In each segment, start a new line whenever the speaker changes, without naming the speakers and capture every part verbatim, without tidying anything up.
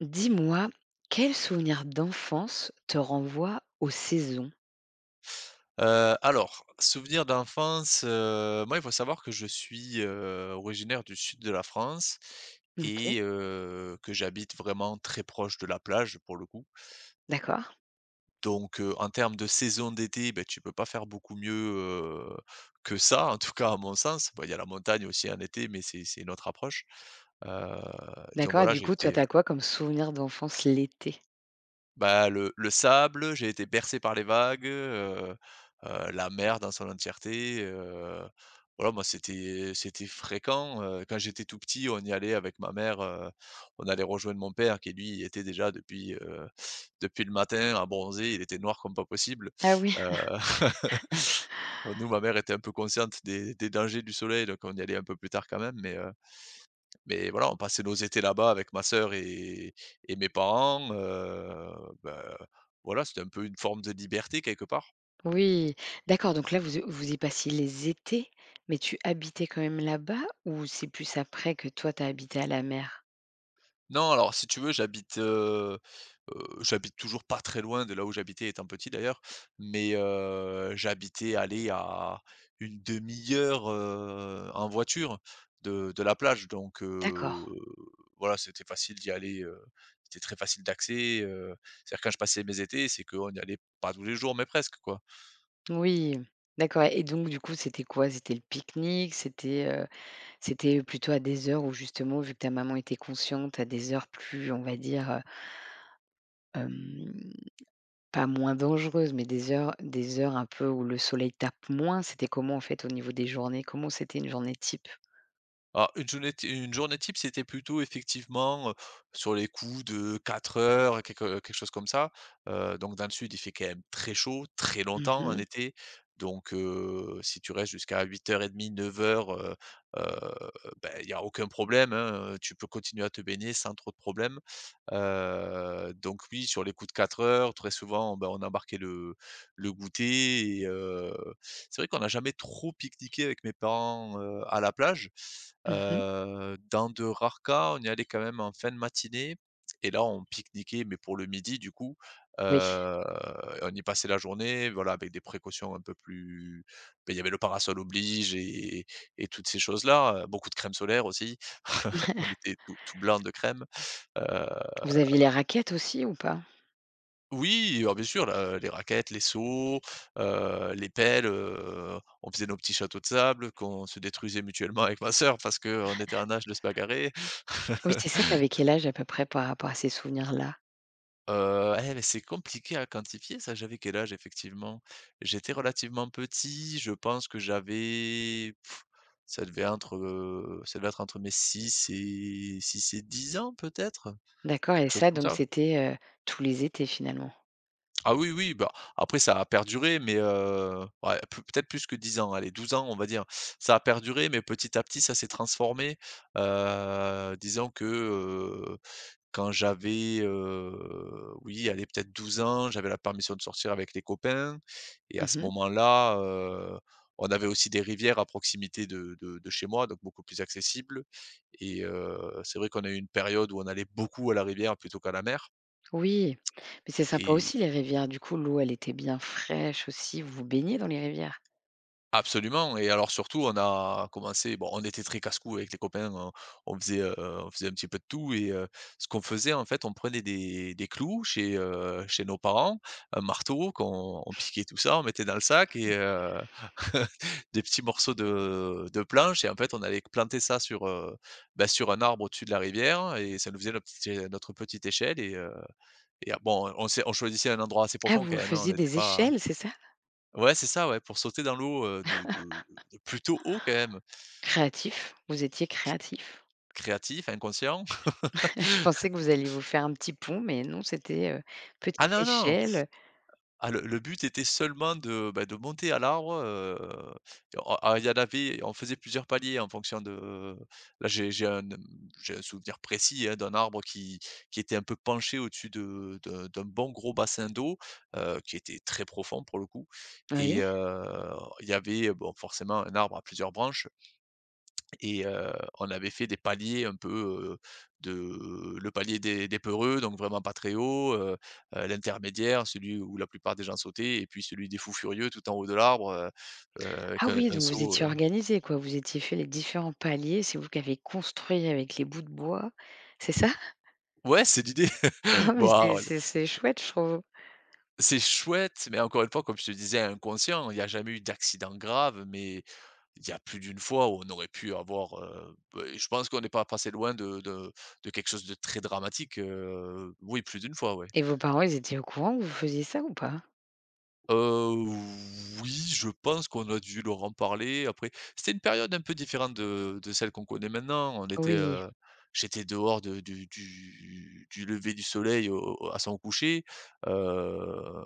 Dis-moi, quel souvenir d'enfance te renvoie aux saisons?
Heu, alors, souvenirs d'enfance, heu, moi, il faut savoir que je suis, heu, originaire du sud de la France
OK.
et heu, que j'habite vraiment très proche de la plage, pour le coup.
D'accord,
Donc heu, en termes de saison d'été, beh, tu peux pas faire beaucoup mieux, heu, que ça, en tout cas à mon sens. Bon, il y a la montagne aussi en été, mais c'est c'est une autre approche. Heu, donc
d'accord et
voilà,
du
j'ai
coup, toi,
été
t'as quoi comme souvenir d'enfance l'été?
bah, le le sable, j'ai été bercé par les vagues, heu heu, la mer dans son entièreté, heu, voilà, moi, c'était c'était fréquent, heu, quand j'étais tout petit, on y allait avec ma mère, heu, on allait rejoindre mon père qui, lui, était déjà depuis, heu, depuis le matin à bronzer, il était noir comme pas possible,
Ah oui.
heu, nous, ma mère était un peu consciente des des dangers du soleil, donc on y allait un peu plus tard quand même, mais euh, mais voilà, on passait nos étés là-bas avec ma sœur et et mes parents, heu, bah, voilà, c'était un peu une forme de liberté quelque part.
Oui, d'accord, donc là, vous vous y passiez les étés, mais tu habitais quand même là-bas ou c'est plus après que toi, t'as habité à la mer?
Non, alors si tu veux, j'habite, heu heu, j'habite toujours pas très loin de là où j'habitais étant petit d'ailleurs, mais heu, j'habitais, aller à une demi heure, heu, en voiture de de la plage donc
D'accord,
heu, voilà, c'était facile d'y aller, heu, c'était très facile d'accès, heu, c'est-à-dire quand je passais mes étés, c'est qu'on y allait pas tous les jours mais presque, quoi.
oui, d'accord et donc du coup, c'était quoi? C'était le pique-nique? C'était, heu, c'était plutôt à des heures où justement, vu que ta maman était consciente, à des heures plus, on va dire, pas moins dangereuses, mais des heures des heures un peu où le soleil tape moins, c'était comment en fait au niveau des journées? Comment c'était une journée type?
Alors une journée ti une journée type, c'était plutôt effectivement, heu, sur les coups de quatre heures, quelque quelque chose comme ça. Heu, donc dans le sud, il fait quand même très chaud, très
Mmh
longtemps en
mh.
été. Donc heu, si tu restes jusqu'à huit heures trente-neuf heures, heu heu, ben, il y a aucun problème, hein, tu peux continuer à te baigner sans trop de problème. Heu, donc oui, sur les coups de quatre heures, très souvent, ben, on embarquait le le goûter et heu, c'est vrai qu'on n'a jamais trop pique-niqué avec mes parents, heu, à la plage.
Mmh.
Heu, dans de rares cas, on y allait quand même en fin de matinée et là, on pique-niquait, mais pour le midi, du coup,
Oui.
heu on y passait la journée, voilà, avec des précautions un peu plus beh, il y avait le parasol oblige et et toutes ces choses-là, heu, beaucoup de crème solaire aussi. On était tout tout blanc de crème. Heu,
Vous aviez les raquettes aussi ou pas?
oui, alors bien sûr, la les raquettes, les seaux, heu, les pelles, heu, on faisait nos petits châteaux de sable qu'on se détruisait mutuellement avec ma sœur parce qu'on était en âge de se bagarrer.
Oui, c'est ça, tu quel âge à peu près par rapport à ces souvenirs-là?
Heu, eh mais c'est compliqué à quantifier ça. J'avais quel âge effectivement? J'étais relativement petit, je pense que j'avais Pff, ça devait entre, heu, ça devait être entre mes six et six et dix ans peut-être?
D'accord et
Quelque chose
ça
comme
donc
ça.
c'était, heu, tous les étés finalement?
Ah oui, oui, bah, après ça a perduré mais heu, ouais, peu peut-être plus que dix ans, allez douze ans on va dire. Ça a perduré mais petit à petit ça s'est transformé. Heu, disons que, quand j'avais, heu, oui, allez, peut-être douze ans, j'avais la permission de sortir avec les copains et à ce
Mmh.
moment-là, heu, on avait aussi des rivières à proximité de de de chez moi, donc beaucoup plus accessible et heu, c'est vrai qu'on a eu une période où on allait beaucoup à la rivière plutôt qu'à la mer.
Oui, mais c'est sympa
Et
aussi les rivières. Du coup, l'eau, elle était bien fraîche aussi. Vous vous baignez dans les rivières?
absolument, et alors surtout on a commencé, bon, on était très casse-cou avec les copains, on on faisait, heu, on faisait un petit peu de tout et heu, ce qu'on faisait en fait, on prenait des des clous chez, heu, chez nos parents, un marteau qu'on on piquait tout ça, on mettait dans le sac et heu, des petits morceaux de de planche. Et en fait on allait planter ça sur, heu, bah, sur un arbre au-dessus de la rivière et ça nous faisait notre petite notre petite échelle et heu et ah bon, on s'est on choisissait un endroit assez
Ah,
profond quand
vous
même, hein, on
faisiez
n'était
des
pas.
échelles, c'est ça?
Ouais, c'est ça, ouais, pour sauter dans l'eau, heu, du de de plutôt haut quand même,
Créatif, vous étiez créatif.
créatif, inconscient.
Je pensais que vous alliez vous faire un petit pont, mais non, c'était, heu,
Ah
petite
non, non!
échelle.
Ah, le le but était seulement de, bah, de monter à l'arbre, heu, et on ah, il y en avait on faisait plusieurs paliers en fonction de. Là, j'ai j'ai un, j'ai un souvenir précis, hein, d'un arbre qui qui était un peu penché au-dessus de de d'un bon gros bassin d'eau, heu, qui était très profond pour le coup et
Oui.
heu, il y avait, bon, forcément un arbre à plusieurs branches. Et heu, on avait fait des paliers un peu, heu, de le palier des des peureux, donc vraiment pas très haut, heu heu, l'intermédiaire, celui où la plupart des gens sautaient et puis celui des fous furieux tout en haut de l'arbre, heu heu,
Ah
avec un
oui,
un
donc vous
saut,
étiez
heu
organisé, quoi, vous étiez fait les différents paliers, c'est vous qui avez construit avec les bouts de bois, c'est ça?
ouais, c'est l'idée.
Non, mais
Bah,
c'est
ouais,
c'est c'est chouette, je trouve
c'est chouette, mais encore une fois, comme je te disais, inconscient, il n'y a jamais eu d'accident grave, mais il y a plus d'une fois où on aurait pu avoir, heu, beh, je pense qu'on n'est pas passé loin de de de quelque chose de très dramatique, heu, oui, plus d'une fois, ouais.
et vos parents, ils étaient au courant que vous faisiez ça ou pas?
Heu, oui, je pense qu'on a dû leur en parler. Après, c'était une période un peu différente de de celle qu'on connaît maintenant. On était,
Oui.
heu, j'étais dehors de du du du lever du soleil au au à son coucher, heu,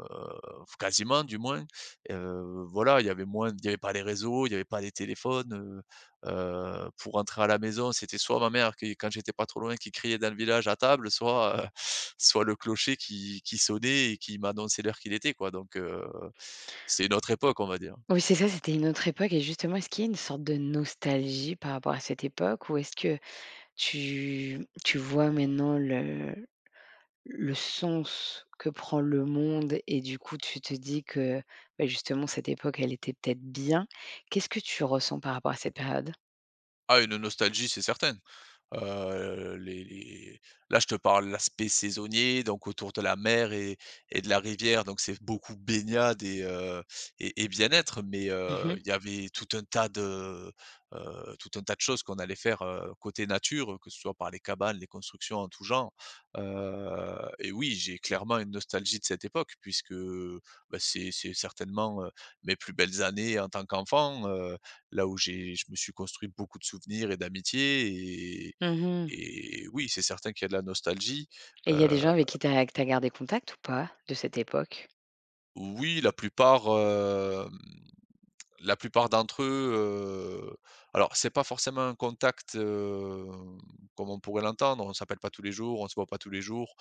quasiment du moins. Heu, voilà, il y avait moins il n'y avait pas les réseaux, il n'y avait pas les téléphones. Heu, pour rentrer à la maison, c'était soit ma mère qui quand j'étais pas trop loin, qui criait dans le village «à table», soit, heu, soit le clocher qui qui sonnait et qui m'annonçait l'heure qu'il était, quoi, donc heu, c'était une autre époque, on va dire.
Oui, c'est ça, c'était une autre époque et justement, est-ce qu'il y a une sorte de nostalgie par rapport à cette époque ou est-ce que tu tu vois maintenant le le sens que prend le monde et du coup, tu te dis que, bah, justement, cette époque, elle était peut-être bien. Qu'est-ce que tu ressens par rapport à cette période?
Ah, une nostalgie, c'est certain. Heu, les les là, je te parle l'aspect saisonnier, donc autour de la mer et et de la rivière, donc c'est beaucoup baignade et heu et et bien-être, mais
Mmh
heu,
mh.
il y avait tout un tas de, heu, tout un tas de choses qu'on allait faire, heu, côté nature, que ce soit par les cabanes, les constructions en tout genre. Heu et oui, j'ai clairement une nostalgie de cette époque puisque, bah, c'est c'est certainement, heu, mes plus belles années en tant qu'enfant, heu, là où j'ai je me suis construit beaucoup de souvenirs et d'amitiés
Mmh.
et oui, c'est certain qu'il y a de la nostalgie.
Et il y a des
Heu,
gens avec qui tu as gardé contact ou pas de cette époque?
oui, la plupart, hem la plupart d'entre eux, heu, alors c'est pas forcément un contact, heu, comme on pourrait l'entendre. On s'appelle pas tous les jours, on se voit pas tous les jours,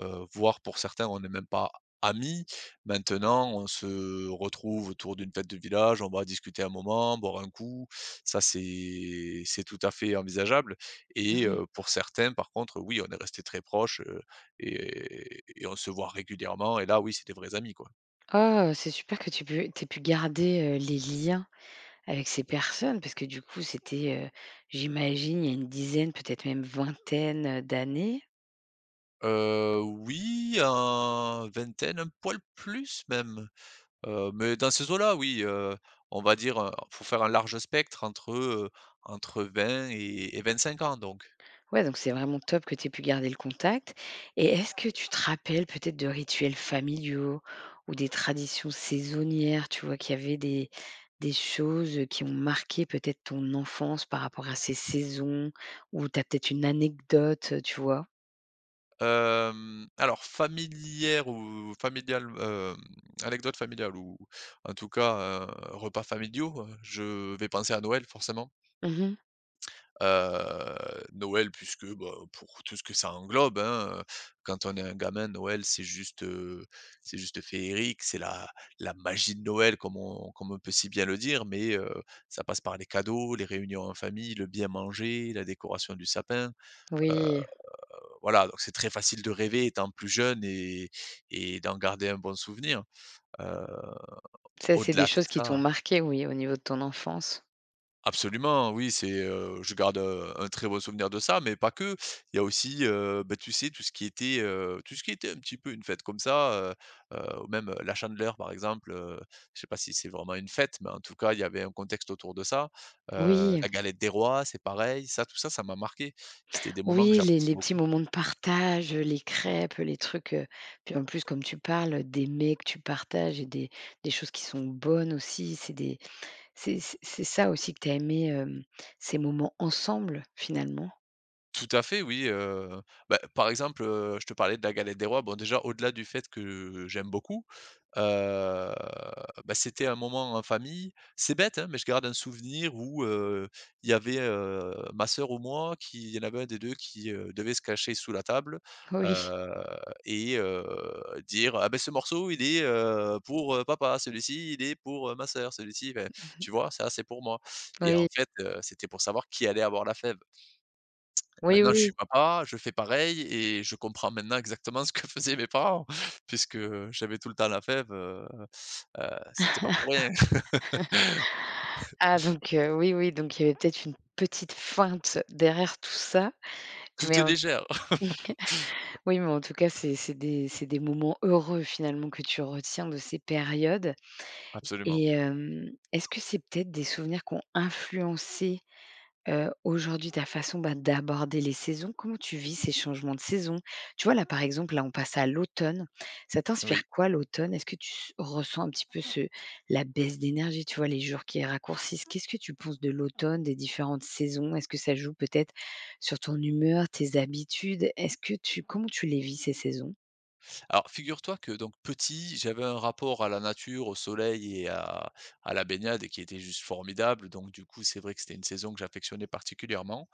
heu, voire pour certains, on n'est même pas amis. Maintenant, on se retrouve autour d'une fête de village, on va discuter un moment, boire un coup. Ça, c'est c'est tout à fait envisageable et
Mmh.
heu, pour certains, par contre, oui, on est resté très proches, heu et et on se voit régulièrement et là, oui, c'est des vrais amis, quoi.
Oh, c'est super que tu pu tu aies pu garder, heu, les liens avec ces personnes, parce que du coup, c'était, heu, j'imagine, il y a une dizaine, peut-être même vingtaine, heu, d'années.
Heu, oui, un vingtaine, un poil plus même, heu, mais dans ces eaux-là, oui, heu, on va dire, heu, faut faire un large spectre entre, heu, entre vingt et et vingt-cinq ans donc.
Ouais, donc c'est vraiment top que tu aies pu garder le contact et est-ce que tu te rappelles peut-être de rituels familiaux ou des traditions saisonnières, tu vois? Qu'il y avait des des choses, qui ont marqué peut-être ton enfance par rapport à ces saisons ou tu as peut-être une anecdote, heu, tu vois?
Hem, alors familière ou familiale, hem, anecdote familiale ou en tout cas, heu, repas familiaux, heu, je vais penser à Noël forcément.
Mmh.
Heu, Noël puisque, bah, pour tout ce que ça englobe, hein, heu, quand on est un gamin, Noël, c'est juste, heu, c'est juste féerique, c'est la la magie de Noël comme on comme on peut si bien le dire, mais heu, ça passe par les cadeaux, les réunions en famille, le bien manger, la décoration du sapin, heu,
Oui,
voilà, donc c'est très facile de rêver étant plus jeune et et d'en garder un bon souvenir. Heu,
ça, c'est
au-delà
des
de
choses qui t'ont
ça.
marqué, oui, au niveau de ton enfance.
Absolument, oui, c'est, heu, je garde, heu, un très bon souvenir de ça, mais pas que. Il y a aussi, heu, bah, tu sais, tout ce qui était, heu, tout ce qui était un petit peu une fête comme ça, heu, heu, ou même, heu, la Chandeleur, par exemple, heu, je sais pas si c'est vraiment une fête, mais en tout cas, il y avait un contexte autour de ça. Heu,
Oui.
la galette des rois, c'est pareil, ça, tout ça, ça m'a marqué. C'était des moments que
Oui, les
j'appréciais
les petits
beaucoup.
moments de partage, les crêpes, les trucs, heu, puis en plus, comme tu parles, des mets que tu partages et des des choses qui sont bonnes aussi, c'est des c'est c'est c'est ça aussi que tu as aimé, hem, ces moments ensemble finalement?
Tout à fait, oui, heu, bah, par exemple, heu, je te parlais de la galette des rois. Bon, déjà, au-delà du fait que j'aime beaucoup, heu, bah, c'était un moment en famille. C'est bête, hein, mais je garde un souvenir où, heu, il y avait, heu, ma sœur ou moi qui il y en avait un des deux, qui, heu, devait se cacher sous la table, heu et heu, dire: «Ah ben, ce morceau, il est, heu, pour, heu, papa, celui-ci, il est pour, heu, ma sœur, celui-ci» enfin, tu vois? Ça, c'est pour moi et en
Oui,
fait, heu, c'était pour savoir qui allait avoir la fève.
oui,
Maintenant, je
oui,
suis
oui.
papa, je fais pareil et je comprends maintenant exactement ce que faisaient mes parents puisque j'avais tout le temps la fève, heu heu, c'était pas pour rien.
Ah donc heu, oui, oui, donc il y avait peut-être une petite feinte derrière tout ça,
Tout
mais
est
en
légère.
oui, mais en tout cas, c'est c'est des c'est des moments heureux finalement que tu retiens de ces périodes.
Absolument,
Et hem, est-ce que c'est peut-être des souvenirs qui ont influencé, heu, aujourd'hui ta façon, bah, d'aborder les saisons? Comment tu vis ces changements de saison? Tu vois, là, par exemple, là, on passe à l'automne. Ça t'inspire
oui.
quoi l'automne? Est-ce que tu s ressens un petit peu ce la baisse d'énergie, tu vois, les jours qui raccourcissent? Qu'est-ce que tu penses de l'automne, des différentes saisons? Est-ce que ça joue peut-être sur ton humeur, tes habitudes? Est-ce que tu comment tu les vis ces saisons?
Alors figure-toi que donc petit, j'avais un rapport à la nature, au soleil et à à la baignade qui était juste formidable donc du coup, c'est vrai que c'était une saison que j'affectionnais particulièrement.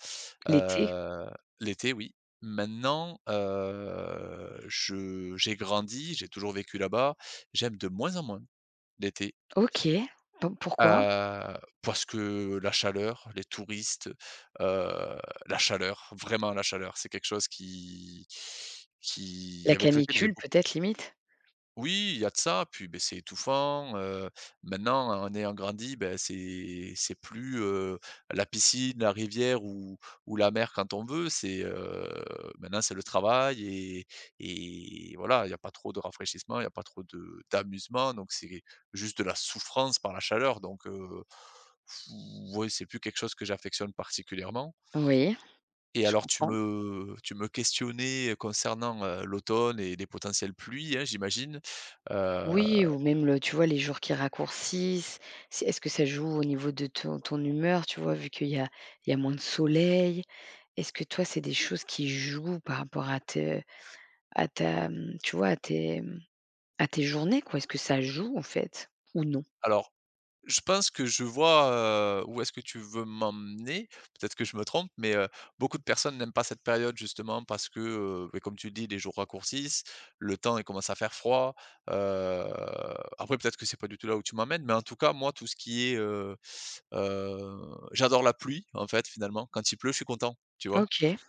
L'été?
Heu, L'été, oui. Maintenant, heu, je j'ai grandi, j'ai toujours vécu là-bas, j'aime de moins en moins l'été.
OK. P pourquoi?
Heu, Parce que la chaleur, les touristes, heu, la chaleur, vraiment la chaleur, c'est quelque chose qui qui
La
avec lequel j'ai
canicule peut-être limite?
oui, il y a de ça, puis beh, c'est étouffant, heu, maintenant en ayant grandi, beh, c'est c'est plus, heu, la piscine, la rivière ou ou la mer quand on veut, c'est, heu, maintenant c'est le travail et et voilà, il n'y a pas trop de rafraîchissement, il n'y a pas trop de d'amusement donc c'est juste de la souffrance par la chaleur donc heu, oui, c'est plus quelque chose que j'affectionne particulièrement.
Oui.
Et
Je
alors tu
comprends.
me tu me questionnais concernant, heu, l'automne et les potentielles pluies, hein, j'imagine.
Oui
Heu,
ou même le tu vois, les jours qui raccourcissent, c'est est-ce que ça joue au niveau de ton ton humeur, tu vois, vu qu'il y a il y a moins de soleil? Est-ce que toi, c'est des choses qui jouent par rapport à te à ta, mmh, tu vois, à tes, mmh, à tes journées, quoi? Est-ce que ça joue, en fait, ou non?
alors je pense que je vois, heu, où est-ce que tu veux m'emmener. Peut-être que je me trompe, mais, heu, beaucoup de personnes n'aiment pas cette période justement parce que, heu, beh, comme tu le dis, les jours raccourcissent, le temps il commence à faire froid. Heu, Après peut-être que c'est pas du tout là où tu m'emmènes, mais en tout cas moi tout ce qui est, heu heu, j'adore la pluie en fait finalement. Quand il pleut, je suis content, tu vois?
OK.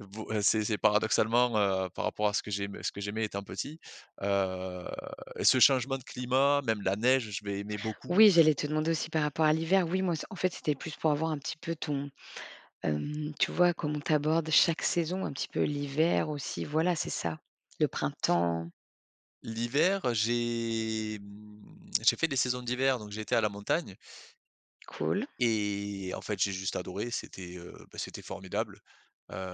Bo heu, c'est c'est paradoxalement, heu, par rapport à ce que j'aimais ce que j'aimais étant petit, heu, ce changement de climat, même la neige, je vais aimer beaucoup.
Oui, j'allais te demander aussi par rapport à l'hiver. Oui, moi, c en fait, c'était plus pour avoir un petit peu ton, hem, tu vois, comment t'abordes chaque saison, un petit peu l'hiver aussi, voilà, c'est ça. Le printemps,
L'hiver, j'ai, mmh, j'ai fait des saisons d'hiver, donc j'étais à la montagne.
cool.
Et en fait, j'ai juste adoré, c'était, heu, bah, c'était formidable,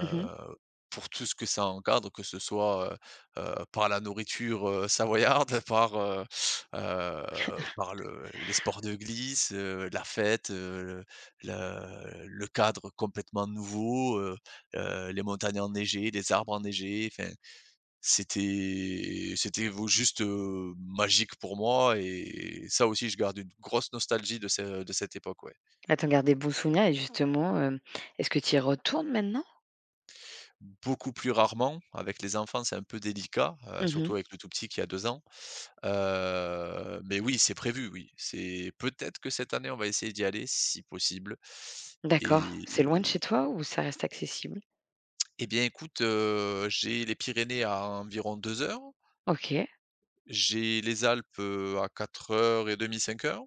Mmh.
pour tout ce que ça encadre, que ce soit, heu heu, par la nourriture, heu, savoyarde, par, heu heu, par le les sports de glisse, heu, la fête, heu, le le cadre complètement nouveau, heu heu, les montagnes enneigées, les arbres enneigés, enfin, c'était c'était vo juste, heu, magique pour moi et ça aussi je garde une grosse nostalgie de ce de cette époque, ouais.
Ah, tu en gardes des bons souvenirs et justement, hem, est-ce que tu y retournes maintenant?
Beaucoup plus rarement. Avec les enfants, c'est un peu délicat, heu, surtout
Mmh.
avec le tout petit qui a deux ans. Heu, mais oui, c'est prévu, oui. C'est peut-être que cette année, on va essayer d'y aller si possible.
D'accord.
Et
C'est loin de chez toi ou ça reste accessible?
eh bien, écoute, heu, j'ai les Pyrénées à environ deux heures,
OK.
j'ai les Alpes, heu, à quatre heures trente, cinq heures.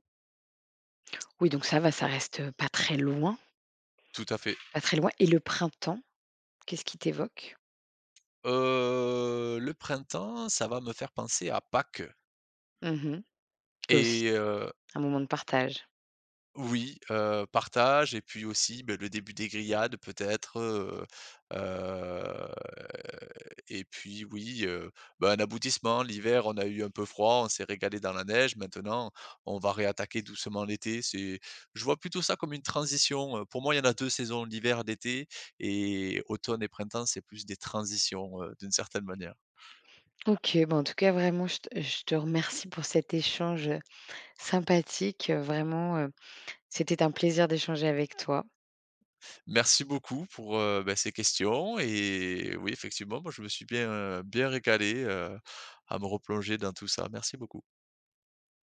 Oui, donc ça va, ça reste, heu, pas très loin,
Tout à fait.
pas très loin et le printemps, qu'est-ce qui t'évoque?
Heu, le printemps, ça va me faire penser à Pâques
Mmh mh. Aussi,
et heu
un moment de partage.
oui, heu, partage et puis aussi, beh, le début des grillades peut-être, heu, heu et puis oui, heu, bah, un aboutissement. L'hiver, on a eu un peu froid, on s'est régalé dans la neige. Maintenant, on va réattaquer doucement l'été. C'est je vois plutôt ça comme une transition, heu, pour moi, il y en a deux saisons, l'hiver, l'été et automne et printemps, c'est plus des transitions, heu, d'une certaine manière.
OK, bon, en tout cas, vraiment, je te je te remercie pour cet échange, sympathique, heu, vraiment, heu, c'était un plaisir d'échanger avec toi.
Merci beaucoup pour, heu, bah, ces questions et oui, effectivement, moi, je me suis bien, heu, bien régalé, heu, à me replonger dans tout ça. Merci beaucoup.